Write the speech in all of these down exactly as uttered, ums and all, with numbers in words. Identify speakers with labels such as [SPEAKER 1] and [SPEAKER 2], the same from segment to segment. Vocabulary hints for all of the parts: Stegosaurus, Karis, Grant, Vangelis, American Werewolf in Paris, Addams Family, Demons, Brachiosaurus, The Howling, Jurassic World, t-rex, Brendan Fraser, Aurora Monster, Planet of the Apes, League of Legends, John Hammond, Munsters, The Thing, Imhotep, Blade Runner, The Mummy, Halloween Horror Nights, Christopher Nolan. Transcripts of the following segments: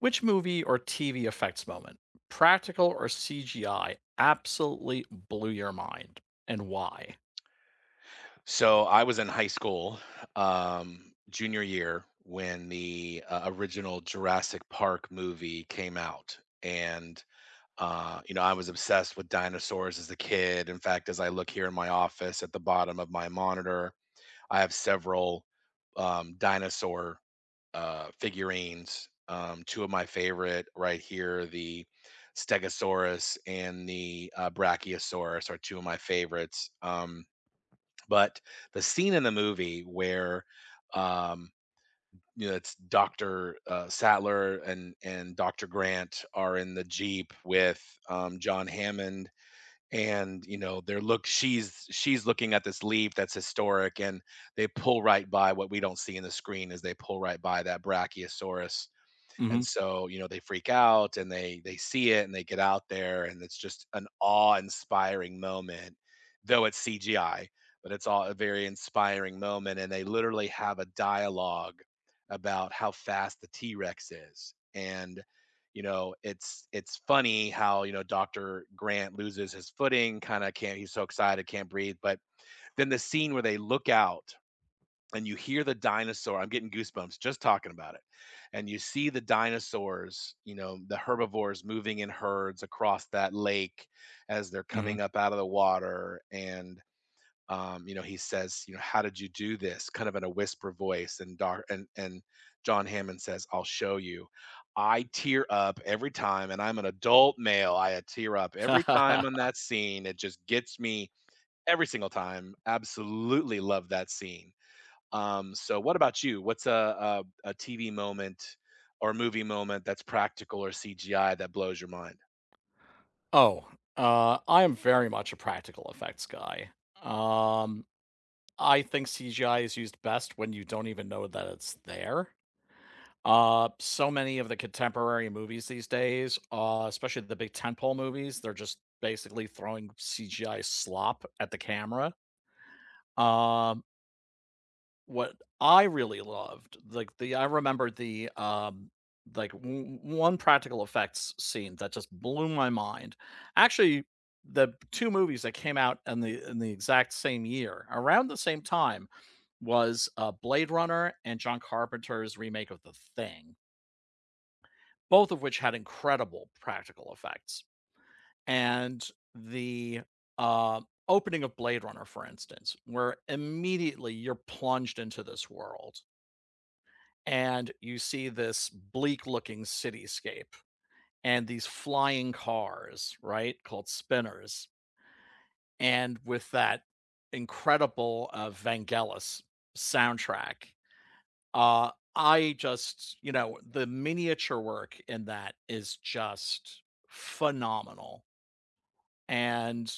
[SPEAKER 1] Which movie or T V effects moment, practical or C G I, absolutely blew your mind and why?
[SPEAKER 2] So I was in high school, um, junior year when the uh, original Jurassic Park movie came out, and uh, you know I was obsessed with dinosaurs as a kid. In fact, as I look here in my office at the bottom of my monitor, I have several um, dinosaur uh, figurines. Um, two of my favorite right here, the Stegosaurus and the uh, Brachiosaurus, are two of my favorites. Um, but the scene in the movie where, um, you know, it's Doctor uh, Sattler and and Doctor Grant are in the jeep with um, John Hammond, and you know, they're look. She's she's looking at this leaf that's historic, and they pull right by. What we don't see in the screen is they pull right by that Brachiosaurus, and
[SPEAKER 1] Mhm,
[SPEAKER 2] so you know they freak out and they they see it and they get out there, and it's just an awe-inspiring moment, though it's CGI. But it's all a very inspiring moment, and they literally have a dialogue about how fast the T-Rex is. And you know it's it's funny how you know Dr. Grant loses his footing, kind of can't, he's so excited, can't breathe. But then the scene where they look out and you hear the dinosaur, I'm getting goosebumps just talking about it, and you see the dinosaurs, you know, the herbivores moving in herds across that lake as they're
[SPEAKER 1] mhm.
[SPEAKER 2] coming up out of the water. And um, you know, he says, you know, how did you do this, kind of in a whisper voice. And dar and and john hammond says, I'll show you. I tear up every time, and I'm an adult male. I uh, tear up every time on that scene. It just gets me every single time. Absolutely love that scene. Um, so what about you? What's a T V moment or movie moment that's practical or C G I that blows your mind?
[SPEAKER 1] Oh, uh, I am very much a practical effects guy. Um, I think C G I is used best when you don't even know that it's there. Uh, so many of the contemporary movies these days, uh, especially the big tentpole movies, they're just basically throwing C G I slop at the camera. Um What I really loved, like, the I remember the, um, like, w- one practical effects scene that just blew my mind. Actually, the two movies that came out in the in the exact same year, around the same time, was, uh, Blade Runner and John Carpenter's remake of The Thing, both of which had incredible practical effects. And the, uh, opening of Blade Runner, for instance, where immediately you're plunged into this world, and you see this bleak looking cityscape and these flying cars, right? Called spinners. And with that incredible uh, Vangelis soundtrack, uh, I just, you know, the miniature work in that is just phenomenal. And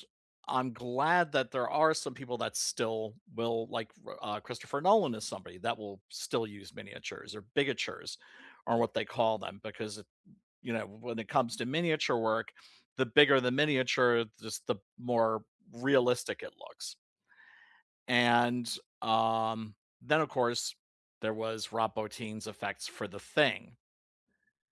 [SPEAKER 1] I'm glad that there are some people that still will like uh, Christopher Nolan is somebody that will still use miniatures or bigatures or what they call them because it, you know, when it comes to miniature work, the bigger the miniature, just the more realistic it looks. And um, then of course there was Rob Bottin's effects for the thing,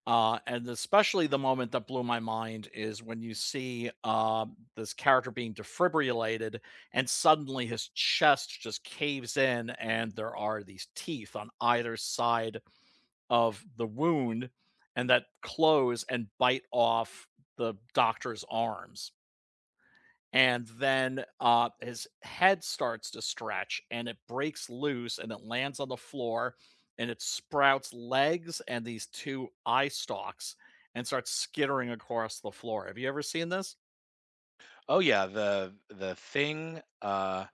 [SPEAKER 1] uh, and especially the moment that blew my mind is when you see um, this character being defibrillated, and suddenly his chest just caves in, and there are these teeth on either side of the wound, and that close and bite off the doctor's arms, and then uh, his head starts to stretch and it breaks loose and it lands on the floor, and it sprouts legs and these two eye stalks and starts skittering across the floor. Have you ever seen this?
[SPEAKER 2] Oh yeah, the the thing, uh,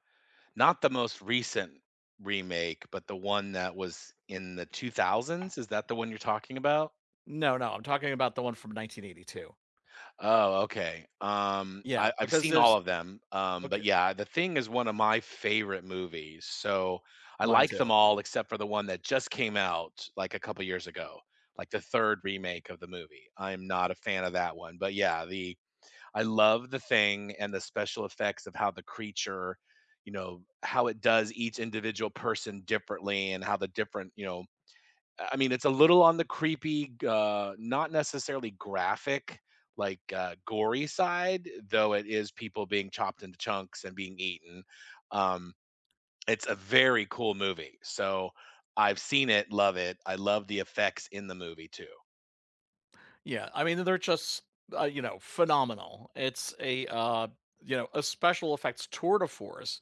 [SPEAKER 2] not the most recent remake, but the one that was in the two thousands. Is that the one you're talking about?
[SPEAKER 1] No, no, I'm talking about the one from nineteen eighty-two.
[SPEAKER 2] Oh, okay. Um,
[SPEAKER 1] Yeah,
[SPEAKER 2] I, I've
[SPEAKER 1] because
[SPEAKER 2] seen
[SPEAKER 1] there's
[SPEAKER 2] all of them. Um, but
[SPEAKER 1] okay,
[SPEAKER 2] yeah, The Thing is one of my favorite movies. So I
[SPEAKER 1] mine
[SPEAKER 2] like them
[SPEAKER 1] too.
[SPEAKER 2] all except for the one that just came out like a couple years ago, like the third remake of the movie. I'm not a fan of that one. But yeah, the I love The Thing and the special effects of how the creature, you know, how it does each individual person differently and how the different, you know, I mean, it's a little on the creepy, uh, not necessarily graphic, like, uh, gory side, though it is people being chopped into chunks and being eaten. Um, it's a very cool movie, so I've seen it, love it. I love the effects in the movie too.
[SPEAKER 1] Yeah, I mean they're just uh, you know, phenomenal. It's a uh, you know, a special effects tour de force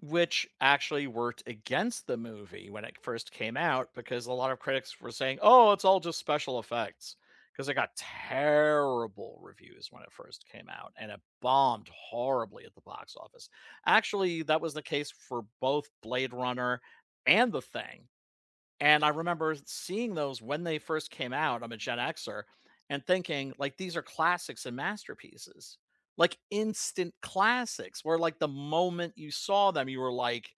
[SPEAKER 1] which actually worked against the movie when it first came out because a lot of critics were saying, "Oh, it's all just special effects." Because it got terrible reviews when it first came out and it bombed horribly at the box office. Actually, that was the case for both Blade Runner and The Thing. And I remember seeing those when they first came out. I'm a Gen Xer and thinking, like, these are classics and masterpieces, like instant classics where, like, the moment you saw them, you were like,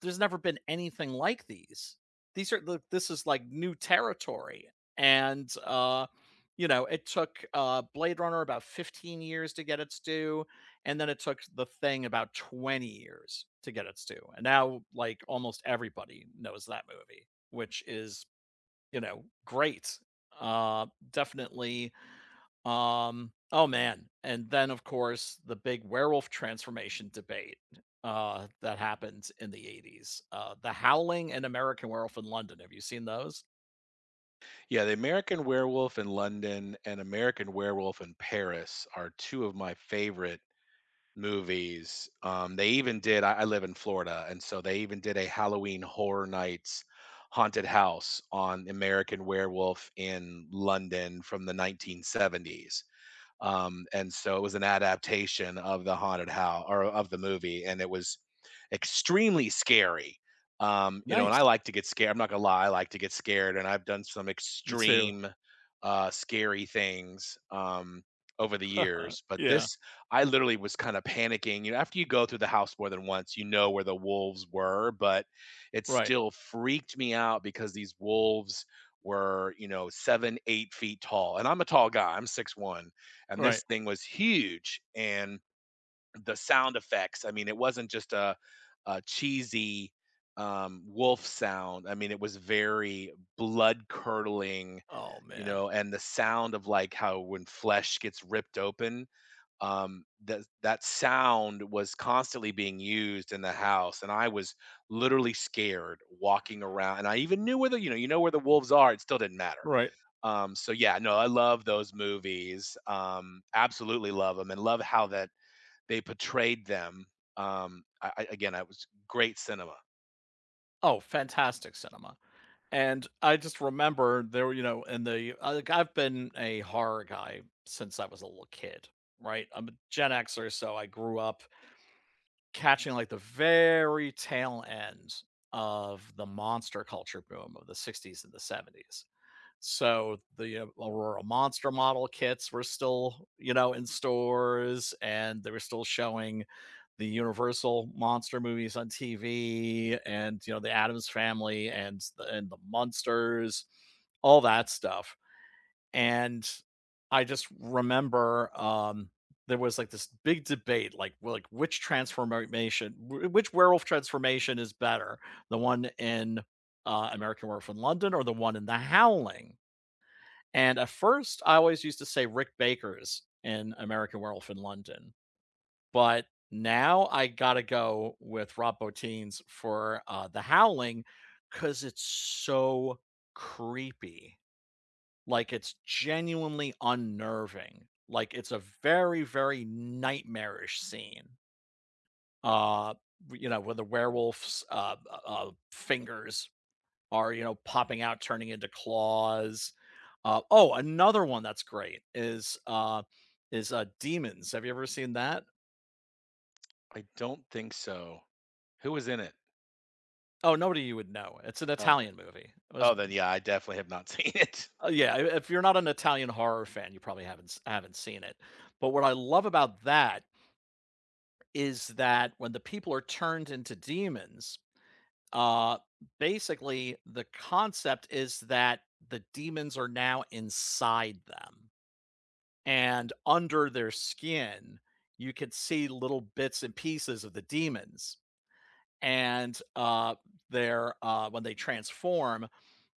[SPEAKER 1] there's never been anything like these. These are the, this is like new territory, and uh, you know, it took uh, Blade Runner about fifteen years to get its due, and then it took The Thing about twenty years to get its due, and now like almost everybody knows that movie, which is, you know, great. Uh, definitely um, oh man. And then of course the big werewolf transformation debate uh that happened in the eighties. Uh, The Howling and American Werewolf in London. Have you seen those?
[SPEAKER 2] Yeah, The American Werewolf in London and American Werewolf in Paris are two of my favorite movies. Um, they even did. I, I live in Florida, and so they even did a Halloween Horror Nights haunted house on American Werewolf in London from the nineteen seventies, um, and so it was an adaptation of the haunted house, or of the movie, and it was extremely scary. Um, you know, and
[SPEAKER 1] Nice.
[SPEAKER 2] I like to get scared. I'm not gonna lie, I like to get scared, and I've done some
[SPEAKER 1] Me too.
[SPEAKER 2] extreme, uh, scary things um, over the years. But this,
[SPEAKER 1] Yeah.
[SPEAKER 2] I literally was kind of panicking. You know, after you go through the house more than once, you know where the wolves were, but it
[SPEAKER 1] Right.
[SPEAKER 2] still freaked me out because these wolves were, you know, seven, eight feet tall, and I'm a tall guy. I'm six one, and
[SPEAKER 1] Right.
[SPEAKER 2] this thing was huge. And the sound effects, I mean, it wasn't just a, a cheesy um, wolf sound. I mean, it was very blood curdling,
[SPEAKER 1] Oh
[SPEAKER 2] you
[SPEAKER 1] man.
[SPEAKER 2] know, and the sound of like how when flesh gets ripped open, um, that that sound was constantly being used in the house, and I was literally scared walking around. And I even knew where the, you know, you know where the wolves are. It still didn't matter.
[SPEAKER 1] Right.
[SPEAKER 2] Um, so yeah, no, I love those movies. Um, absolutely love them, and love how that they portrayed them. Um, I, I, again, I was great cinema.
[SPEAKER 1] Oh, fantastic cinema. And I just remember there, were, you know, in the I- like I've been a horror guy since I was a little kid, right? I'm a Gen Xer, so I grew up catching, like, the very tail end of the monster culture boom of the sixties and the seventies. So, the, uh, Aurora Monster model kits were still, you know, in stores, and they were still showing the Universal monster movies on T V and, you know, the Addams Family and the and the Munsters, all that stuff. And I just remember, um, there was, like, this big debate, like w like, which transformation wh which werewolf transformation is better? The one in, uh, American Werewolf in London or the one in The Howling? And at first, I always used to say Rick Baker's in American Werewolf in London, but now I gotta go with Rob Bottin's for, uh, The Howling because it's so creepy. Like, it's genuinely unnerving. Like, it's a very, very nightmarish scene. Uh, you know, where the werewolf's uh, uh, uh, fingers are, you know, popping out, turning into claws. Uh, oh, another one that's great is uh, is uh, Demons. Have you ever seen that?
[SPEAKER 2] I don't think so. Who was in it?
[SPEAKER 1] Oh, nobody you would know. It's an
[SPEAKER 2] Oh, okay.
[SPEAKER 1] Italian movie. It was
[SPEAKER 2] Oh, then yeah, I definitely have not seen it.
[SPEAKER 1] uh, yeah. i- If you're not an Italian horror fan, you probably haven't s- haven't seen it. But what I love about that is that when the people are turned into demons, uh, basically the concept is that the demons are now inside them and under their skin. You could see little bits and pieces of the demons, and uh, their uh, when they transform,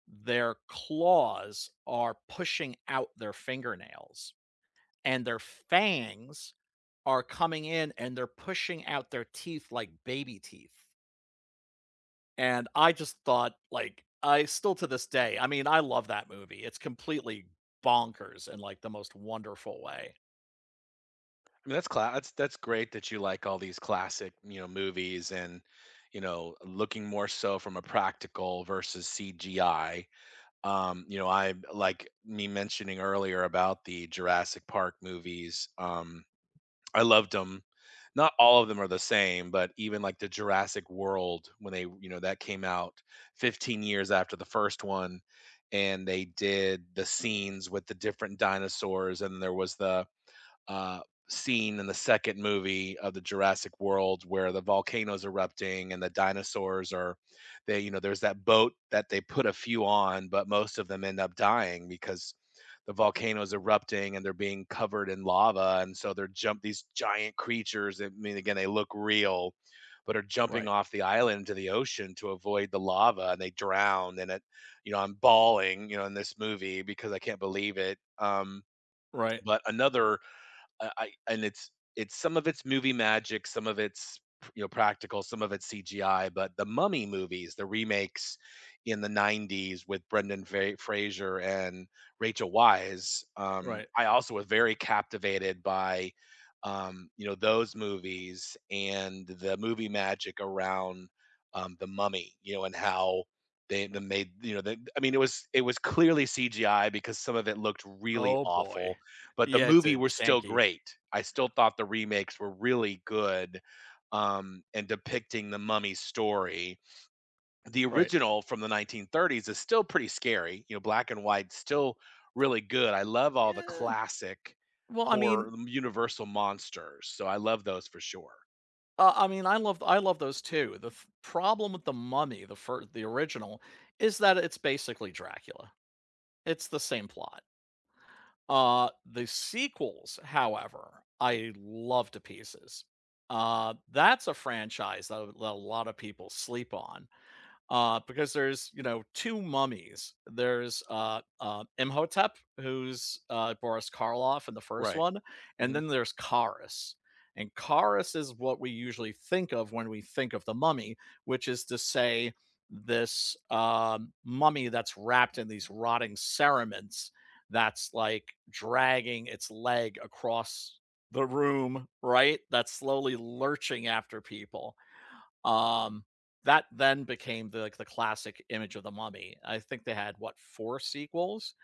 [SPEAKER 1] their claws are pushing out their fingernails and their fangs are coming in and they're pushing out their teeth like baby teeth. And I just thought, like, I still to this day, I mean, I love that movie. It's completely bonkers in like the most wonderful way.
[SPEAKER 2] I mean, that's class. That's that's great that you like all these classic, you know, movies, and, you know, looking more so from a practical versus C G I. Um, you know, I like me mentioning earlier about the Jurassic Park movies. Um, I loved them. Not all of them are the same, but even like the Jurassic World, when they, you know, that came out fifteen years after the first one, and they did the scenes with the different dinosaurs. And there was the uh, scene in the second movie of the Jurassic World where the volcano's erupting, and the dinosaurs are, they, you know, there's that boat that they put a few on, but most of them end up dying because the volcano's erupting and they're being covered in lava. And so they're jump, these giant creatures, I mean, again, they look real, but are jumping
[SPEAKER 1] Right,
[SPEAKER 2] off the island to the ocean to avoid the lava, and they drown. And it, you know, I'm bawling, you know, in this movie because I can't believe it. Um
[SPEAKER 1] right,
[SPEAKER 2] but another, I, I and it's it's some of it's movie magic, some of it's, you know, practical, some of it's C G I. But the Mummy movies, the remakes in the nineties with Brendan Fra- Fraser and Rachel Weisz, um,
[SPEAKER 1] right.
[SPEAKER 2] I also was very captivated by um, you know, those movies, and the movie magic around um, the Mummy, you know, and how they, they made you know they, I mean, it was, it was clearly C G I because some of it looked really
[SPEAKER 1] Oh boy.
[SPEAKER 2] awful, but the
[SPEAKER 1] Yeah, it's
[SPEAKER 2] movie
[SPEAKER 1] a
[SPEAKER 2] was still
[SPEAKER 1] janky.
[SPEAKER 2] great. I still thought the remakes were really good, um, in depicting the mummy story. The
[SPEAKER 1] Right.
[SPEAKER 2] original from the nineteen thirties is still pretty scary, you know, black and white, still really good. I love all the
[SPEAKER 1] Yeah.
[SPEAKER 2] classic
[SPEAKER 1] Well, I
[SPEAKER 2] horror,
[SPEAKER 1] mean,
[SPEAKER 2] um, universal monsters, so I love those for sure.
[SPEAKER 1] uh, I mean, I love I love those too. The f- problem with the Mummy, the first, the original, is that it's basically Dracula. It's the same plot. Uh, the sequels, however, I love to pieces. Uh, that's a franchise that, that a lot of people sleep on uh, because there's, you know, two mummies. There's uh, uh, Imhotep, who's uh, Boris Karloff in the first
[SPEAKER 2] Right.
[SPEAKER 1] one, and
[SPEAKER 2] Mhm.
[SPEAKER 1] then there's Karis. And Karis is what we usually think of when we think of the mummy, which is to say this um, mummy that's wrapped in these rotting cerements that's like dragging its leg across the room, right? That's slowly lurching after people, um, that then became the like the classic image of the mummy. I think they had what four sequels,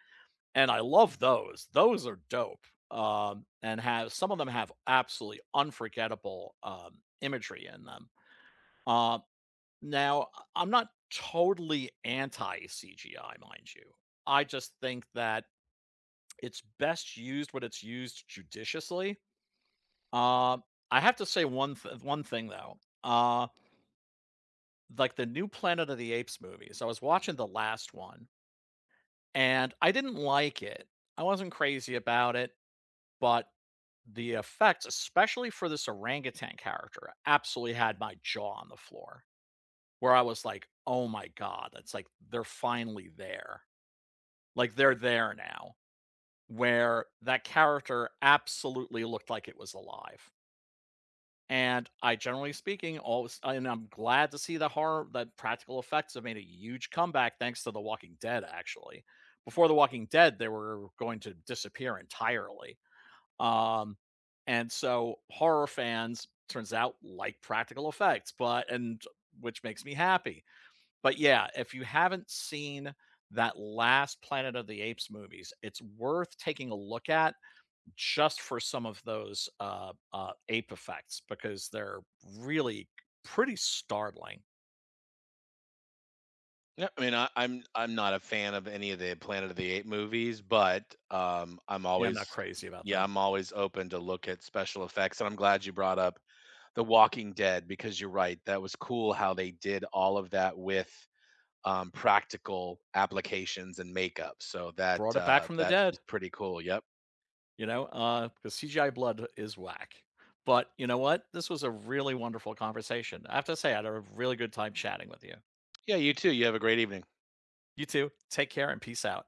[SPEAKER 1] and I love those. Those are dope. Um, and have some of them have absolutely unforgettable um, imagery in them. Um, now, I- I'm not totally anti C G I, mind you. I just think that it's best used when it's used judiciously. Um, I have to say one th- one thing though. Uh, like the new Planet of the Apes movies. I was watching the last one and I didn't like it. I wasn't crazy about it, but the effects, especially for this orangutan character, absolutely had my jaw on the floor where I was like, oh my God, that's like they're finally there. Like they're there now, where that character absolutely looked like it was alive. And I generally speaking, always and I'm glad to see the horror that practical effects have made a huge comeback thanks to The Walking Dead, actually. Before The Walking Dead, they were going to disappear entirely. Um, and so horror fans turns out like practical effects, but and which makes me happy. But yeah, if you haven't seen that last Planet of the Apes movies, it's worth taking a look at just for some of those uh, uh, ape effects because they're really pretty startling.
[SPEAKER 2] Yeah, I mean, I I'm I'm not a fan of any of the Planet of the Apes movies, but, um, I'm
[SPEAKER 1] Yeah, I'm not
[SPEAKER 2] always,
[SPEAKER 1] crazy about
[SPEAKER 2] yeah,
[SPEAKER 1] them.
[SPEAKER 2] I'm always open to look at special effects. And I'm glad you brought up The Walking Dead, because you're right, that was cool how they did all of that with, um, practical applications and makeup. So that,
[SPEAKER 1] Brought it back
[SPEAKER 2] uh,
[SPEAKER 1] from the
[SPEAKER 2] that
[SPEAKER 1] dead,
[SPEAKER 2] is pretty cool, yep.
[SPEAKER 1] you know, uh, because C G I blood is whack. But you know what? This was a really wonderful conversation. I have to say, I had a really good time chatting with you.
[SPEAKER 2] Yeah, you too, you have a great evening.
[SPEAKER 1] You too. Take care and peace out.